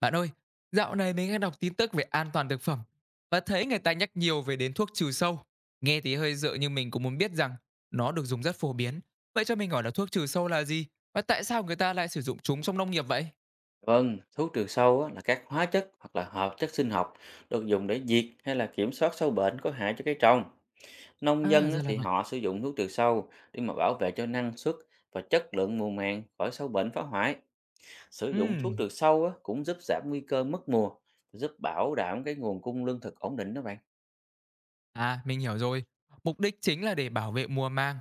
Bạn ơi, dạo này mình hay đọc tin tức về an toàn thực phẩm và thấy người ta nhắc nhiều về đến thuốc trừ sâu. Nghe thì hơi dự nhưng mình cũng muốn biết rằng nó được dùng rất phổ biến. Vậy cho mình hỏi là thuốc trừ sâu là gì và tại sao người ta lại sử dụng chúng trong nông nghiệp vậy? Vâng, thuốc trừ sâu á, là các hóa chất hoặc là hợp chất sinh học được dùng để diệt hay là kiểm soát sâu bệnh có hại cho cây trồng. Nông À, dân á, ra là thì vậy. họ sử dụng thuốc trừ sâu để mà bảo vệ cho năng suất và chất lượng mùa màng khỏi sâu bệnh phá hoại. Sử dụng thuốc Ừm, trừ sâu á, cũng giúp giảm nguy cơ mất mùa, giúp bảo đảm cái nguồn cung lương thực ổn định đó bạn. À, mình hiểu rồi. Mục đích chính là để bảo vệ mùa màng,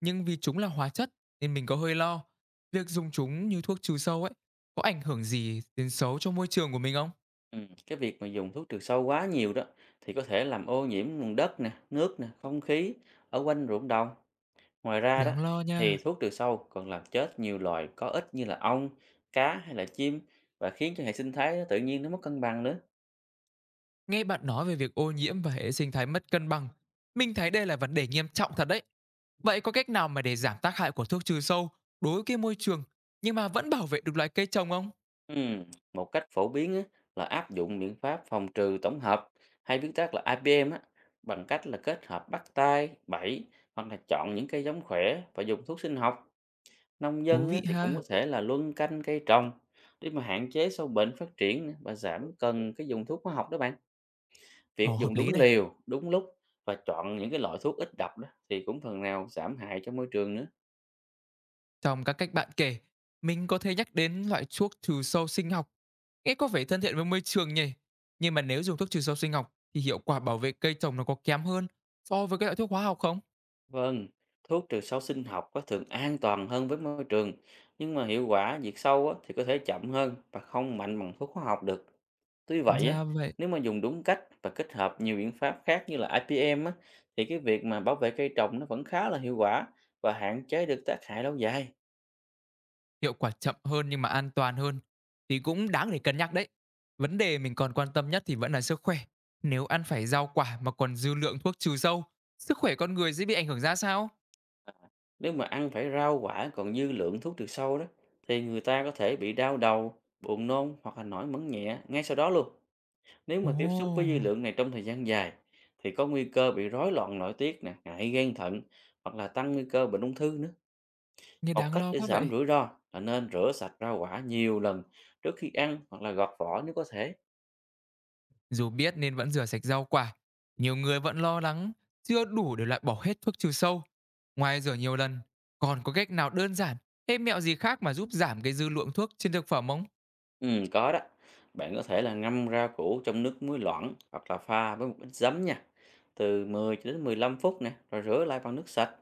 nhưng vì chúng là hóa chất nên mình có hơi lo. Việc dùng chúng như thuốc trừ sâu ấy có ảnh hưởng gì đến xấu cho môi trường của mình không? Ừ, cái việc mà dùng thuốc trừ sâu quá nhiều đó thì có thể làm ô nhiễm nguồn đất nè, nước nè, không khí ở quanh ruộng đồng. Ngoài ra đó Đáng lo thì nha. thuốc trừ sâu còn làm chết nhiều loài có ích như là ong, cá hay là chim, và khiến cho hệ sinh thái nó tự nhiên nó mất cân bằng nữa. Nghe bạn nói về việc ô nhiễm và hệ sinh thái mất cân bằng, mình thấy đây là vấn đề nghiêm trọng thật đấy. Vậy có cách nào mà để giảm tác hại của thuốc trừ sâu đối với cái môi trường nhưng mà vẫn bảo vệ được loài cây trồng không? Ừm, Một cách phổ biến á, là áp dụng biện pháp phòng trừ tổng hợp, hay viết tắt là IPM á, bằng cách là kết hợp bắt tay, bẫy hoặc là chọn những cây giống khỏe và dùng thuốc sinh học. Nông Thú dân á, vị thì cũng có ha. thể là luân canh cây trồng để mà hạn chế sâu bệnh phát triển nữa và giảm cần cái dùng thuốc hóa học đó bạn. Việc Ồ, hợp dùng lý đúng này. liều, đúng lúc và chọn những cái loại thuốc ít độc đó thì cũng phần nào giảm hại cho môi trường nữa. Trong các cách bạn kể, mình có thể nhắc đến loại thuốc trừ sâu sinh học nghe có vẻ thân thiện với môi trường nhỉ. Nhưng mà nếu dùng thuốc trừ sâu sinh học thì hiệu quả bảo vệ cây trồng nó có kém hơn so với các loại thuốc hóa học không? Vâng, thuốc trừ sâu sinh học có thường an toàn hơn với môi trường, nhưng mà hiệu quả diệt sâu á, thì có thể chậm hơn và không mạnh bằng thuốc hóa học được. Tuy vậy á, Ra vậy. nếu mà dùng đúng cách và kết hợp nhiều biện pháp khác như là IPM á, thì cái việc mà bảo vệ cây trồng nó vẫn khá là hiệu quả và hạn chế được tác hại lâu dài. Hiệu quả chậm hơn nhưng mà an toàn hơn thì cũng đáng để cân nhắc đấy. Vấn đề mình còn quan tâm nhất thì vẫn là sức khỏe. Nếu ăn phải rau quả mà còn dư lượng thuốc trừ sâu, sức khỏe con người sẽ bị ảnh hưởng ra sao? À, nếu mà ăn phải rau quả còn dư lượng thuốc trừ sâu đó thì người ta có thể bị đau đầu, buồn nôn hoặc là nổi mẩn nhẹ ngay sau đó luôn. Nếu Ồ, mà tiếp xúc với dư lượng này trong thời gian dài thì có nguy cơ bị rối loạn nội tiết nè, ngại gan thận hoặc là tăng nguy cơ bệnh ung thư nữa. nghe Một đáng cách lo để quá vậy. giảm rủi ro là nên rửa sạch rau quả nhiều lần trước khi ăn hoặc là gọt vỏ nếu có thể. Dù biết nên vẫn rửa sạch rau quả, nhiều người vẫn lo lắng chưa đủ để loại bỏ hết thuốc trừ sâu. Ngoài rửa nhiều lần, còn có cách nào đơn giản, thêm mẹo gì khác mà giúp giảm cái dư lượng thuốc trên thực phẩm không? Ừ, có đó. Bạn có thể là ngâm rau củ trong nước muối loãng hoặc là pha với một ít giấm nha, từ 10 cho đến 15 phút nè, rồi rửa lại bằng nước sạch.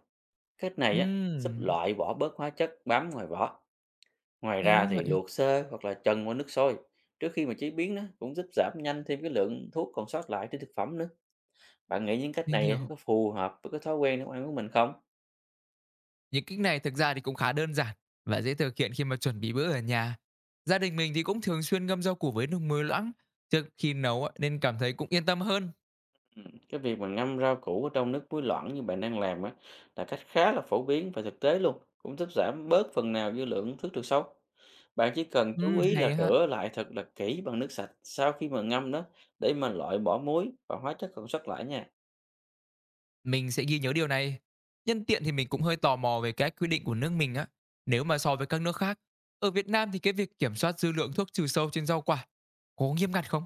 Cách này á, giúp Ừm, loại bỏ bớt hóa chất bám ngoài vỏ. Ngoài hay quá ra thì vậy, luộc sơ hoặc là trần qua nước sôi trước khi mà chế biến đó cũng giúp giảm nhanh thêm cái lượng thuốc còn sót lại trên thực phẩm nữa. Bạn nghĩ những cách mình này á, hiểu. có phù hợp với cái thói quen nấu ăn của mình không? Những cách này thực ra thì cũng khá đơn giản và dễ thực hiện khi mà chuẩn bị bữa ở nhà. Gia đình mình thì cũng thường xuyên ngâm rau củ với nước muối loãng trước khi nấu á, nên cảm thấy cũng yên tâm hơn. Cái việc mà ngâm rau củ ở trong nước muối loãng như bạn đang làm á là cách khá là phổ biến và thực tế luôn, cũng giúp giảm bớt phần nào dư lượng thuốc trừ sâu. Bạn chỉ cần chú ý là Hay ha. rửa lại thật là kỹ bằng nước sạch sau khi mà ngâm đó, để mà loại bỏ muối và hóa chất còn sót lại nha. Mình sẽ ghi nhớ điều này. Nhân tiện thì mình cũng hơi tò mò về cái quy định của nước mình á. Nếu mà so với các nước khác, ở Việt Nam thì cái việc kiểm soát dư lượng thuốc trừ sâu trên rau quả có nghiêm ngặt không?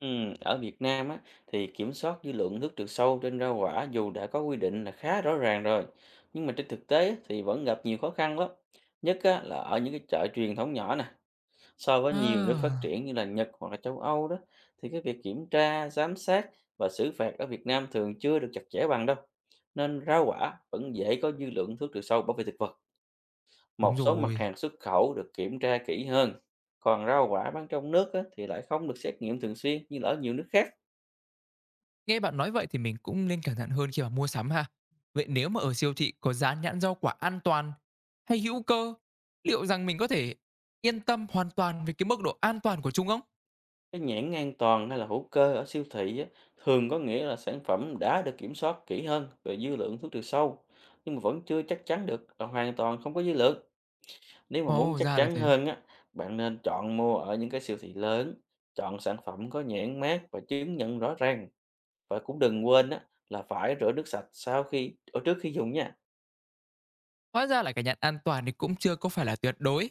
Ở Việt Nam á, thì kiểm soát dư lượng nước trừ sâu trên rau quả dù đã có quy định là khá rõ ràng rồi. Nhưng mà trên thực tế á, thì vẫn gặp nhiều khó khăn lắm. Nhất á, là ở những cái chợ truyền thống nhỏ nè. So với nhiều nước phát À, triển như là Nhật hoặc là châu Âu đó, thì cái việc kiểm tra, giám sát và xử phạt ở Việt Nam thường chưa được chặt chẽ bằng đâu. Nên rau quả vẫn dễ có dư lượng thuốc trừ sâu bảo vệ thực vật. Một đúng số mặt rồi. hàng xuất khẩu được kiểm tra kỹ hơn. Còn rau quả bán trong nước á, thì lại không được xét nghiệm thường xuyên như là ở nhiều nước khác. Nghe bạn nói vậy thì mình cũng nên cẩn thận hơn khi mà mua sắm ha. Vậy nếu mà ở siêu thị có dán nhãn rau quả an toàn hay hữu cơ, liệu rằng mình có thể yên tâm hoàn toàn về cái mức độ an toàn của chúng không? Cái nhãn an toàn hay là hữu cơ ở siêu thị á, thường có nghĩa là sản phẩm đã được kiểm soát kỹ hơn về dư lượng thuốc trừ sâu, nhưng mà vẫn chưa chắc chắn được là hoàn toàn không có dư lượng. Nếu mà muốn Ồ, chắc ra là chắn thế. hơn á, bạn nên chọn mua ở những cái siêu thị lớn, chọn sản phẩm có nhãn mác và chứng nhận rõ ràng, và cũng đừng quên á là phải rửa nước sạch sau khi ở trước khi dùng nha. Hóa ra là cái nhãn an toàn thì cũng chưa có phải là tuyệt đối.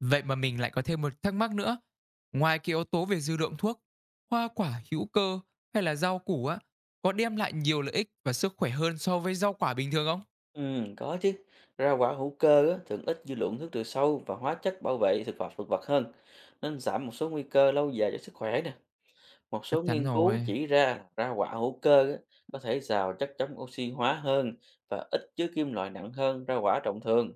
Vậy mà mình lại có thêm một thắc mắc nữa. Ngoài cái yếu tố về dư lượng thuốc, hoa quả hữu cơ hay là rau củ á, có đem lại nhiều lợi ích và sức khỏe hơn so với rau quả bình thường không? Ừ, có chứ. Rau quả hữu cơ á, thường ít dư lượng thuốc trừ sâu và hóa chất bảo vệ thực vật hơn, nên giảm một số nguy cơ lâu dài cho sức khỏe nè. Một Chắc số chắn nghiên cứu rồi. chỉ ra rau quả hữu cơ á, có thể giàu chất chống oxy hóa hơn và ít chứa kim loại nặng hơn rau quả trọng thường.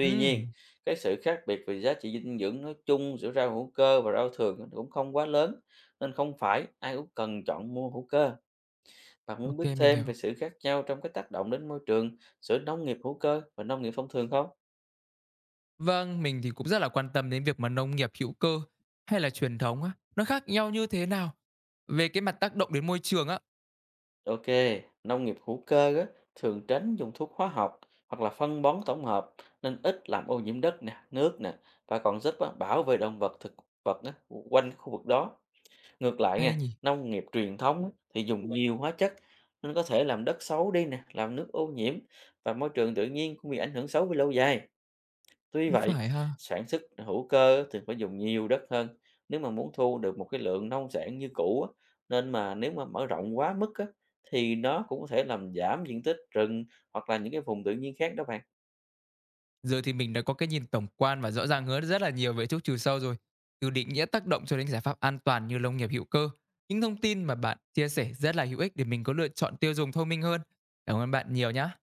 Ừ, nhiên, cái sự khác biệt về giá trị dinh dưỡng nói chung giữa rau hữu cơ và rau thường cũng không quá lớn, nên không phải ai cũng cần chọn mua hữu cơ. Bạn muốn ok biết mình thêm hiểu. về sự khác nhau trong cái tác động đến môi trường giữa nông nghiệp hữu cơ và nông nghiệp thông thường không? Vâng, mình thì cũng rất là quan tâm đến việc mà nông nghiệp hữu cơ hay là truyền thống á, nó khác nhau như thế nào? Về cái mặt tác động đến môi trường á, Ok, nông nghiệp hữu cơ á, thường tránh dùng thuốc hóa học hoặc là phân bón tổng hợp, nên ít làm ô nhiễm đất nè, nước nè, và còn giúp á, bảo vệ động vật thực vật á, quanh cái khu vực đó. Ngược lại hay nha, nhỉ? nông nghiệp truyền thống á, thì dùng nhiều hóa chất nên có thể làm đất xấu đi nè, làm nước ô nhiễm và môi trường tự nhiên cũng bị ảnh hưởng xấu về lâu dài. Tuy Cũng vậy, phải ha. sản xuất hữu cơ thường phải dùng nhiều đất hơn nếu mà muốn thu được một cái lượng nông sản như cũ á. Nên mà nếu mà mở rộng quá mức á, thì nó cũng có thể làm giảm diện tích rừng hoặc là những cái vùng tự nhiên khác đó bạn. Giờ thì mình đã có cái nhìn tổng quan và rõ ràng hơn rất là nhiều về thuốc trừ sâu rồi. Từ định nghĩa tác động cho đến giải pháp an toàn như nông nghiệp hữu cơ. Những thông tin mà bạn chia sẻ rất là hữu ích để mình có lựa chọn tiêu dùng thông minh hơn. Cảm ơn bạn nhiều nhá.